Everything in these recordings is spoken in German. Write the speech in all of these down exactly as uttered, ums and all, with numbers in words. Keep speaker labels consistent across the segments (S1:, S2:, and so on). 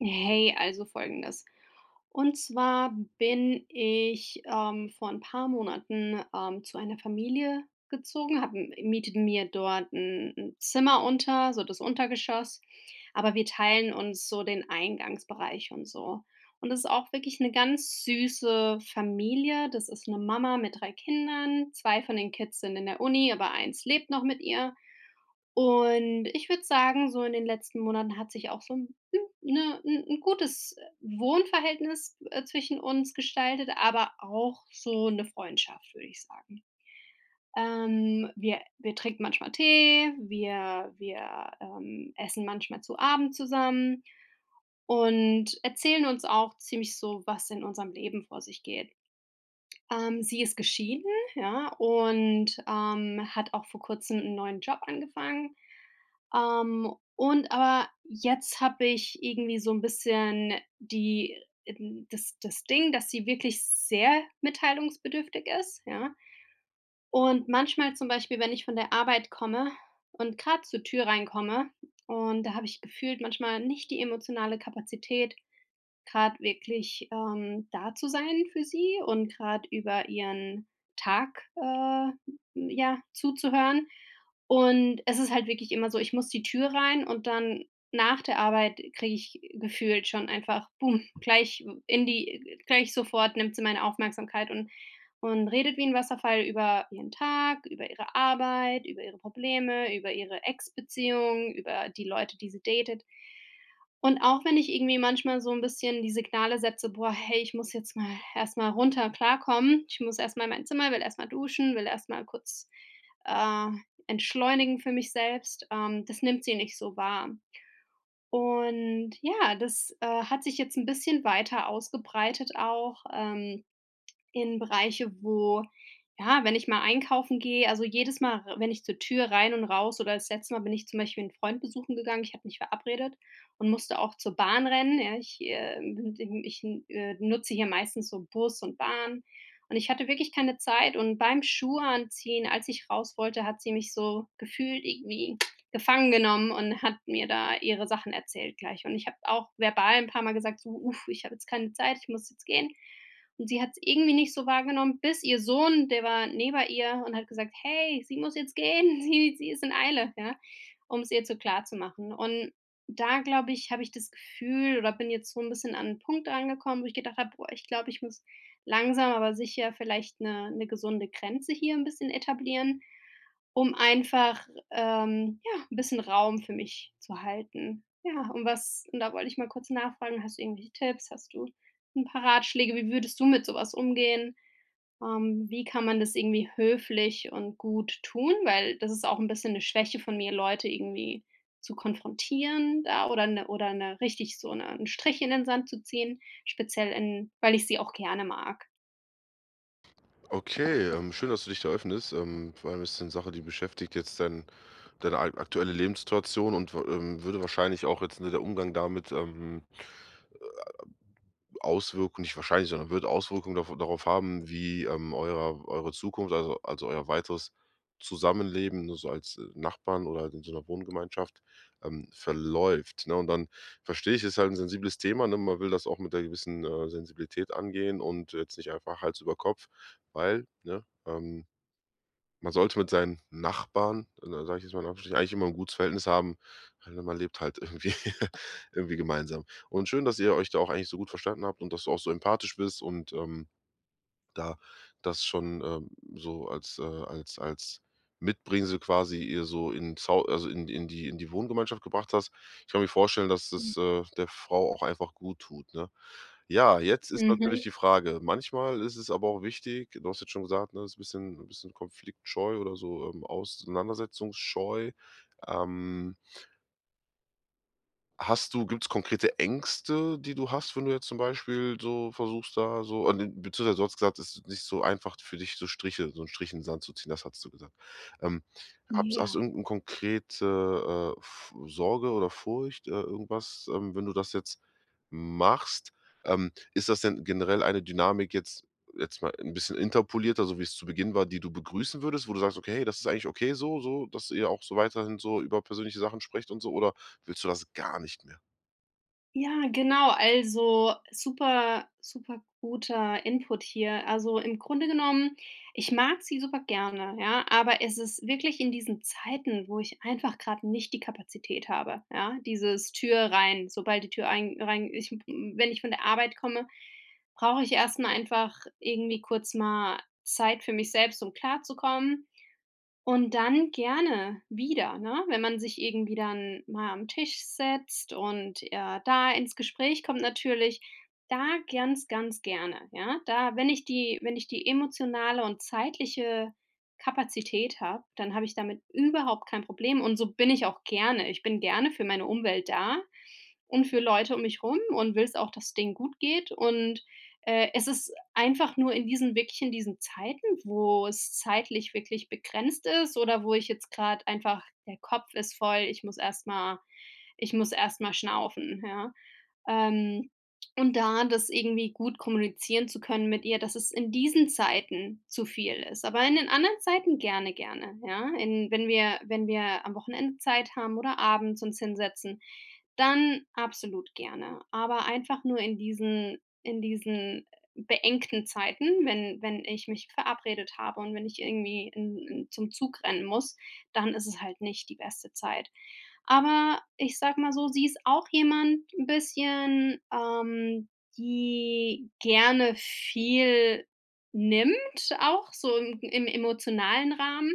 S1: Hey, also Folgendes. Und zwar bin ich, ähm, vor ein paar Monaten, ähm, zu einer Familie gezogen, habe m miete mir dort ein 'n Zimmer unter, so das Untergeschoss, aber wir teilen uns so den Eingangsbereich und so. Und das ist auch wirklich eine ganz süße Familie. Das ist eine Mama mit drei Kindern. Zwei von den Kids sind in der Uni, aber eins lebt noch mit ihr. Und ich würde sagen, so in den letzten Monaten hat sich auch so ein 'ne 'n 'n gutes äh, Wohnverhältnis, äh, zwischen uns gestaltet, aber auch so eine Freundschaft, würde ich sagen. Ähm, wir wir trinken manchmal Tee, wir wir, ähm, essen manchmal zu Abend zusammen und erzählen uns auch ziemlich so, was in unserem Leben vor sich geht. Ähm, sie ist geschieden, ja, und, ähm, hat auch vor Kurzem einen neuen Job angefangen. Ähm, und aber jetzt habe ich irgendwie so ein bisschen die ähm, das das Ding, dass sie wirklich sehr mitteilungsbedürftig ist, ja? Und manchmal zum Beispiel, wenn ich von der Arbeit komme und gerade zur Tür reinkomme, und da habe ich gefühlt manchmal nicht die emotionale Kapazität, gerade wirklich, ähm, da zu sein für sie und gerade über ihren Tag, äh, ja, zuzuhören. Und es ist halt wirklich immer so, ich muss die Tür rein und dann nach der Arbeit kriege ich gefühlt schon einfach, boom, gleich in die äh, gleich sofort nimmt sie meine Aufmerksamkeit und und redet wie ein Wasserfall über ihren Tag, über ihre Arbeit, über ihre Probleme, über ihre Ex-Beziehung, über die Leute, die sie datet. Und auch wenn ich irgendwie manchmal so ein bisschen die Signale setze: „Boah, hey, ich muss jetzt mal erst mal runter klarkommen. Ich muss erst mal in mein Zimmer, will erst mal duschen, will erst mal kurz, äh, entschleunigen für mich selbst", ähm, das nimmt sie nicht so wahr. Und ja, das, äh, hat sich jetzt ein bisschen weiter ausgebreitet auch, ähm in Bereiche, wo, ja, wenn ich mal einkaufen gehe, also jedes Mal, r wenn ich zur Tür rein und raus, oder das letzte Mal bin ich zum Beispiel einen Freund besuchen gegangen, ich habe mich verabredet und musste auch zur Bahn rennen, ja. Ich, äh, bin ich, äh, nutze hier meistens so Bus und Bahn, und ich hatte wirklich keine Zeit, und beim Schuhe anziehen, als ich raus wollte, hat sie mich so gefühlt irgendwie gefangen genommen und hat mir da ihre Sachen erzählt gleich, und ich habe auch verbal ein paar Mal gesagt so: „Uff, ich habe jetzt keine Zeit, ich muss jetzt gehen." Und sie hat es irgendwie nicht so wahrgenommen, bis ihr Sohn, der war neben ihr, und hat gesagt: „Hey, sie muss jetzt gehen, sie sie ist in Eile", ja, um es ihr zu klar zu machen. Und da, glaube ich, habe ich das Gefühl, oder bin jetzt so ein bisschen an 'n Punkt angekommen, wo ich gedacht habe: „Boah, ich glaube, ich muss langsam aber sicher vielleicht eine 'ne gesunde Grenze hier ein bisschen etablieren, um einfach, ähm, ja, ein bisschen Raum für mich zu halten." Ja, und was und da wollte ich mal kurz nachfragen, hast du irgendwelche Tipps? Hast du 'n paar Ratschläge, wie würdest du mit sowas umgehen? Ähm, wie kann man das irgendwie höflich und gut tun? Weil das ist auch 'n bisschen 'ne Schwäche von mir, Leute irgendwie zu konfrontieren da, oder 'ne oder 'ne richtig so 'ne 'n Strich in den Sand zu ziehen, speziell, in weil ich sie auch gerne mag.
S2: Okay, ähm, schön, dass du dich da öffnest. Ähm, vor allem ist es 'ne Sache, die beschäftigt jetzt dein deine ak aktuelle Lebenssituation und w ähm, würde wahrscheinlich auch jetzt, ne, der Umgang damit, ähm, Auswirkungen nicht wahrscheinlich, sondern wird Auswirkungen dav darauf haben, wie, ähm, eurer eure Zukunft, also also euer weiteres Zusammenleben, ne, so als, äh, Nachbarn oder halt in so einer Wohngemeinschaft, ähm, verläuft, ne? Und dann verstehe ich, ist halt ein sensibles Thema, ne? Man will das auch mit 'ner gewissen, äh, Sensibilität angehen und jetzt nicht einfach Hals über Kopf, weil, ne, ähm man sollte mit seinen Nachbarn, äh, sage ich jetzt mal in Anführungsstrichen, eigentlich immer ein gutes Verhältnis haben, weil man lebt halt irgendwie irgendwie gemeinsam. Und schön, dass ihr euch da auch eigentlich so gut verstanden habt und dass du auch so empathisch bist und, ähm da das schon, ähm, so als, äh als als Mitbringsel quasi ihr so in Zau also in in die in die Wohngemeinschaft gebracht hast. Ich kann mir vorstellen, dass
S1: Mhm.
S2: das, äh, der Frau auch einfach gut tut, ne? Ja, jetzt ist natürlich die Frage, manchmal ist es aber auch wichtig, du hast jetzt schon gesagt, ne, ist ein bisschen ein bisschen konfliktscheu oder so, ähm, auseinandersetzungsscheu. Ähm Hast du Gibt es konkrete Ängste, die du hast, wenn du jetzt zum Beispiel so versuchst, da so? Und den, beziehungsweise du hast gesagt, es ist nicht so einfach für dich, so Striche so 'n Strich in den Sand zu ziehen, das hast du gesagt. Ähm,
S1: Mhm,
S2: hab's hast
S1: ja.
S2: du irgend konkrete, äh, F Sorge oder Furcht, äh, irgendwas, ähm, wenn du das jetzt machst, ähm, ist das denn generell eine Dynamik jetzt jetzt mal ein bisschen interpolierter, so wie es zu Beginn war, die du begrüßen würdest, wo du sagst: „Okay, hey, das ist eigentlich okay so so, dass ihr auch so weiterhin so über persönliche Sachen sprecht und so“, oder willst du das gar nicht mehr?
S1: Ja, genau. Also, super, super guter Input hier. Also, im Grunde genommen, ich mag sie super gerne, ja, aber es ist wirklich in diesen Zeiten, wo ich einfach gerade nicht die Kapazität habe, ja, dieses Tür rein, sobald die Tür ein rein ich wenn ich von der Arbeit komme, brauche ich erst mal einfach irgendwie kurz mal Zeit für mich selbst, um klarzukommen. Und dann gerne wieder, ne? Wenn man sich irgendwie dann mal am Tisch setzt und, äh, da ins Gespräch kommt, natürlich da ganz, ganz gerne, ja? Da wenn ich die wenn ich die emotionale und zeitliche Kapazität habe, dann habe ich damit überhaupt kein Problem, und so bin ich auch gerne. Ich bin gerne für meine Umwelt da und für Leute um mich rum und will's auch, dass es denen gut geht, und äh, es ist einfach nur in diesen, wirklich in diesen Zeiten, wo es zeitlich wirklich begrenzt ist, oder wo ich jetzt grad einfach der Kopf ist voll, ich muss erst mal ich muss erst mal schnaufen, ja? Ähm, und da das irgendwie gut kommunizieren zu können mit ihr, dass es in diesen Zeiten zu viel ist, aber in den anderen Zeiten gerne, gerne, ja? In wenn wir wenn wir am Wochenende Zeit haben oder abends uns hinsetzen, dann absolut gerne. Aber einfach nur in diesen, in diesen beengten Zeiten, wenn wenn ich mich verabredet habe, und wenn ich irgendwie in in zum Zug rennen muss, dann ist es halt nicht die beste Zeit. Aber ich sage mal so, sie ist auch jemand ein bisschen, ähm, die gerne viel nimmt, auch so im im emotionalen Rahmen.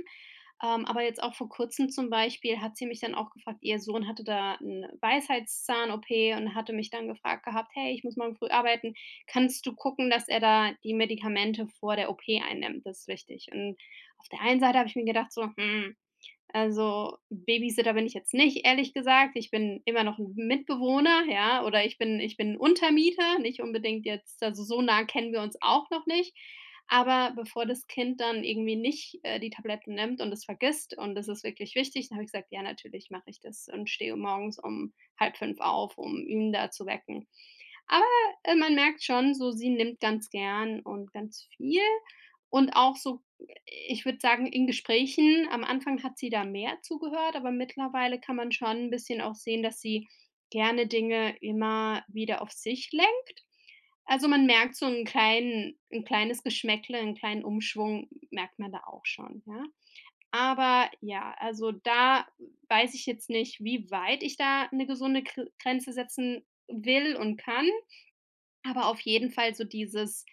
S1: Ähm, aber jetzt auch vor Kurzem zum Beispiel hat sie mich dann auch gefragt, ihr Sohn hatte da 'ne Weisheitszahn-O P, und hatte mich dann gefragt gehabt: „Hey, ich muss morgen früh arbeiten. Kannst du gucken, dass er da die Medikamente vor der O P einnimmt? Das ist wichtig." Und auf der einen Seite habe ich mir gedacht so: „Hm", also, Babysitter bin ich jetzt nicht, ehrlich gesagt. Ich bin immer noch 'n Mitbewohner, ja, oder ich bin, ich bin ein Untermieter, nicht unbedingt, jetzt also, so nah kennen wir uns auch noch nicht. Aber bevor das Kind dann irgendwie nicht, äh, die Tabletten nimmt und es vergisst, und das ist wirklich wichtig, dann habe ich gesagt: „Ja, natürlich mache ich das", und stehe morgens um halb fünf auf, um ihn da zu wecken. Aber, äh, man merkt schon so, sie nimmt ganz gern und ganz viel. Und auch so, ich würde sagen, in Gesprächen am Anfang hat sie da mehr zugehört, aber mittlerweile kann man schon 'n bisschen auch sehen, dass sie gerne Dinge immer wieder auf sich lenkt. Also, man merkt so 'n kleinen 'n kleines Geschmäckle, 'n kleinen Umschwung merkt man da auch schon, ja. Aber ja, also, da weiß ich jetzt nicht, wie weit ich da 'ne gesunde Gr Grenze setzen will und kann. Aber auf jeden Fall so dieses,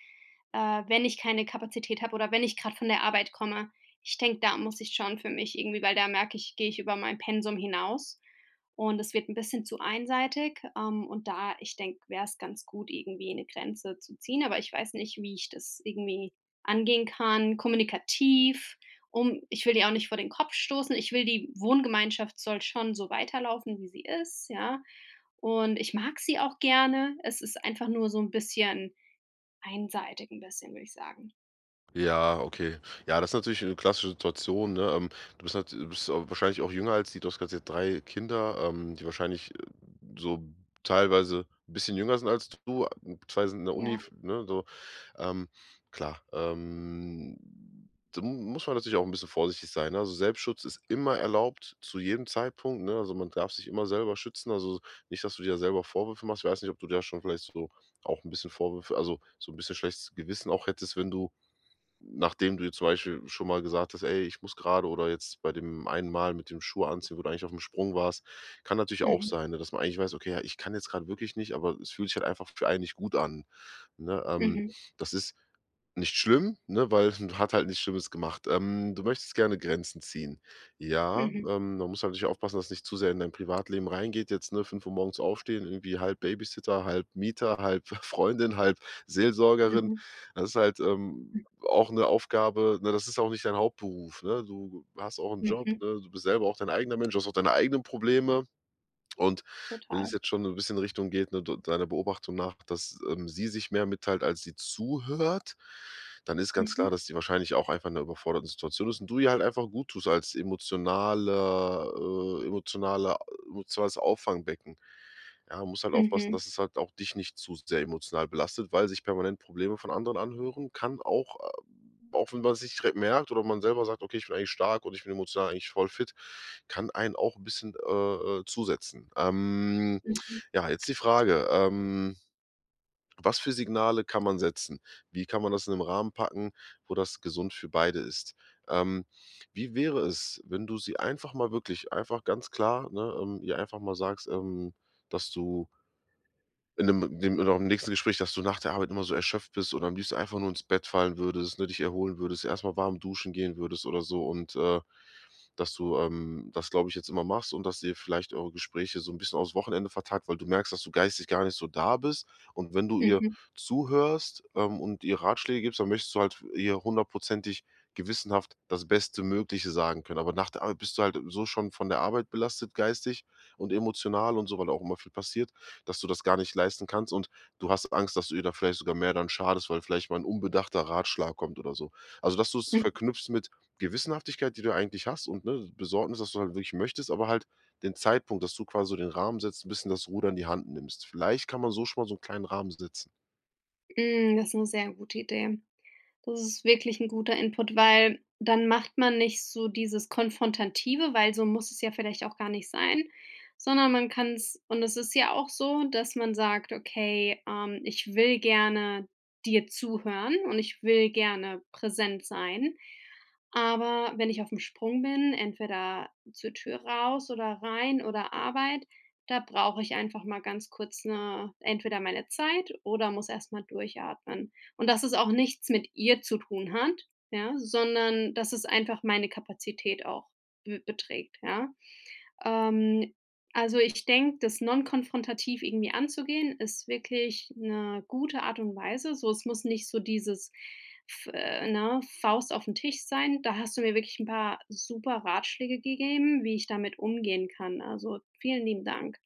S1: äh, wenn ich keine Kapazität habe oder wenn ich gerade von der Arbeit komme, ich denke, da muss ich schon für mich irgendwie, weil da merke ich, gehe ich über mein Pensum hinaus, und es wird ein bisschen zu einseitig. Ähm, und da, ich denke, wäre es ganz gut, irgendwie eine Grenze zu ziehen, aber ich weiß nicht, wie ich das irgendwie angehen kann, kommunikativ, um, ich will die auch nicht vor den Kopf stoßen. Ich will die, Wohngemeinschaft soll schon so weiterlaufen, wie sie ist, ja. Und ich mag sie auch gerne. Es ist einfach nur so ein bisschen einseitig, ein bisschen, würde ich sagen.
S2: Ja, okay. Ja, das ist natürlich eine klassische Situation, ne? Ähm, du bist nat du bist au wahrscheinlich auch jünger als die. Du hast grad gesagt, drei Kinder, ähm, die wahrscheinlich, äh, so teilweise ein bisschen jünger sind als du. äh, Zwei sind in der Uni,
S1: Ja.
S2: f ne, so. Ähm, klar, ähm, da mu- muss man natürlich auch ein bisschen vorsichtig sein, ne? Also, Selbstschutz ist immer erlaubt zu jedem Zeitpunkt, ne? Also, man darf sich immer selber schützen. Also, nicht, dass du dir selber Vorwürfe machst. Ich weiß nicht, ob du da schon vielleicht so auch ein bisschen Vorwürfe, also so ein bisschen schlechtes Gewissen auch hättest, wenn du. Nachdem du jetzt zum Beispiel schon mal gesagt hast: „Ey, ich muss gerade“ oder jetzt bei dem einen Mal mit dem Schuh anziehen, wo du eigentlich auf dem Sprung warst. Kann natürlich auch
S1: Mhm.
S2: sein, ne, dass man eigentlich weiß: „Okay, ja, ich kann jetzt gerade wirklich nicht, aber es fühlt sich halt einfach für einen nicht gut an“, ne? Ähm,
S1: Mhm.
S2: das ist nicht schlimm, ne, weil hat halt nichts Schlimmes gemacht. Ähm, du möchtest gerne Grenzen ziehen. Ja,
S1: Mhm.
S2: ähm, man muss halt natürlich aufpassen, dass es nicht zu sehr in dein Privatleben reingeht. Jetzt, ne, fünf Uhr morgens aufstehen, irgendwie halb Babysitter, halb Mieter, halb Freundin, halb Seelsorgerin.
S1: Mhm.
S2: Das ist halt, ähm, auch eine Aufgabe, ne, das ist auch nicht dein Hauptberuf, ne? Du hast auch einen Job,
S1: Mhm.
S2: ne? Du bist selber auch dein eigener Mensch, du hast auch deine eigenen Probleme. Und wenn es
S1: Total.
S2: jetzt schon so 'n bisschen Richtung geht, ne, d deiner Beobachtung nach, dass, ähm, sie sich mehr mitteilt, als sie zuhört, dann ist ganz
S1: Mhm.
S2: klar, dass sie wahrscheinlich auch einfach in 'ner überforderten Situation ist und du ihr halt einfach guttust als emotionaler äh, emotionaler emotionales Auffangbecken. Ja, man muss halt aufpassen,
S1: Mhm.
S2: dass es halt auch dich nicht zu sehr emotional belastet, weil sich permanent Probleme von anderen anhören kann auch, äh, auch wenn man's nicht direkt merkt oder man selber sagt: „Okay, ich bin eigentlich stark und ich bin emotional eigentlich voll fit“, kann einen auch ein bisschen, äh, äh, zusetzen. Ähm,
S1: Mhm.
S2: ja, jetzt die Frage, ähm, was für Signale kann man setzen? Wie kann man das in einem Rahmen packen, wo das gesund für beide ist? Ähm, wie wäre es, wenn du sie einfach mal wirklich einfach ganz klar, ne, ähm, ihr einfach mal sagst, ähm, dass du in 'nem dem oder im nächsten Gespräch, dass du nach der Arbeit immer so erschöpft bist und am liebsten einfach nur ins Bett fallen würdest, ne, dich erholen würdest, erstmal warm duschen gehen würdest oder so und, äh dass du, ähm, das, glaube ich, jetzt immer machst und dass ihr vielleicht eure Gespräche so ein bisschen aufs Wochenende vertagt, weil du merkst, dass du geistig gar nicht so da bist. Und wenn du ihr
S1: Mhm.
S2: zuhörst, ähm, und ihr Ratschläge gibst, dann möchtest du halt ihr hundertprozentig gewissenhaft das Beste Mögliche sagen können. Aber nach der Arbeit bist du halt so schon von der Arbeit belastet, geistig und emotional und so, weil auch immer viel passiert, dass du das gar nicht leisten kannst und du hast Angst, dass du ihr da vielleicht sogar mehr dann schadest, weil vielleicht mal ein unbedachter Ratschlag kommt oder so. Also, dass du es
S1: Hm,
S2: verknüpfst mit Gewissenhaftigkeit, die du eigentlich hast und, ne, Besorgnis, dass du halt wirklich möchtest, aber halt den Zeitpunkt, dass du quasi so den Rahmen setzt, ein bisschen das Ruder in die Hand nimmst. Vielleicht kann man so schon mal so einen kleinen Rahmen setzen.
S1: hm, das ist eine sehr gute Idee. Das ist wirklich ein guter Input, weil dann macht man nicht so dieses Konfrontative, weil so muss es ja vielleicht auch gar nicht sein, sondern man kann es, und es ist ja auch so, dass man sagt: „Okay, ähm, ich will gerne dir zuhören und ich will gerne präsent sein." Aber wenn ich auf dem Sprung bin, entweder zur Tür raus oder rein oder Arbeit, da brauche ich einfach mal ganz kurz, 'ne entweder meine Zeit, oder muss erst mal durchatmen. Und dass es auch nichts mit ihr zu tun hat, ja, sondern dass es einfach meine Kapazität auch be beträgt, ja? Ähm, also, ich denke, das nonkonfrontativ irgendwie anzugehen, ist wirklich eine gute Art und Weise. So, es muss nicht so dieses, f äh, ne, Faust auf den Tisch sein. Da hast du mir wirklich ein paar super Ratschläge gegeben, wie ich damit umgehen kann. Also, vielen lieben Dank.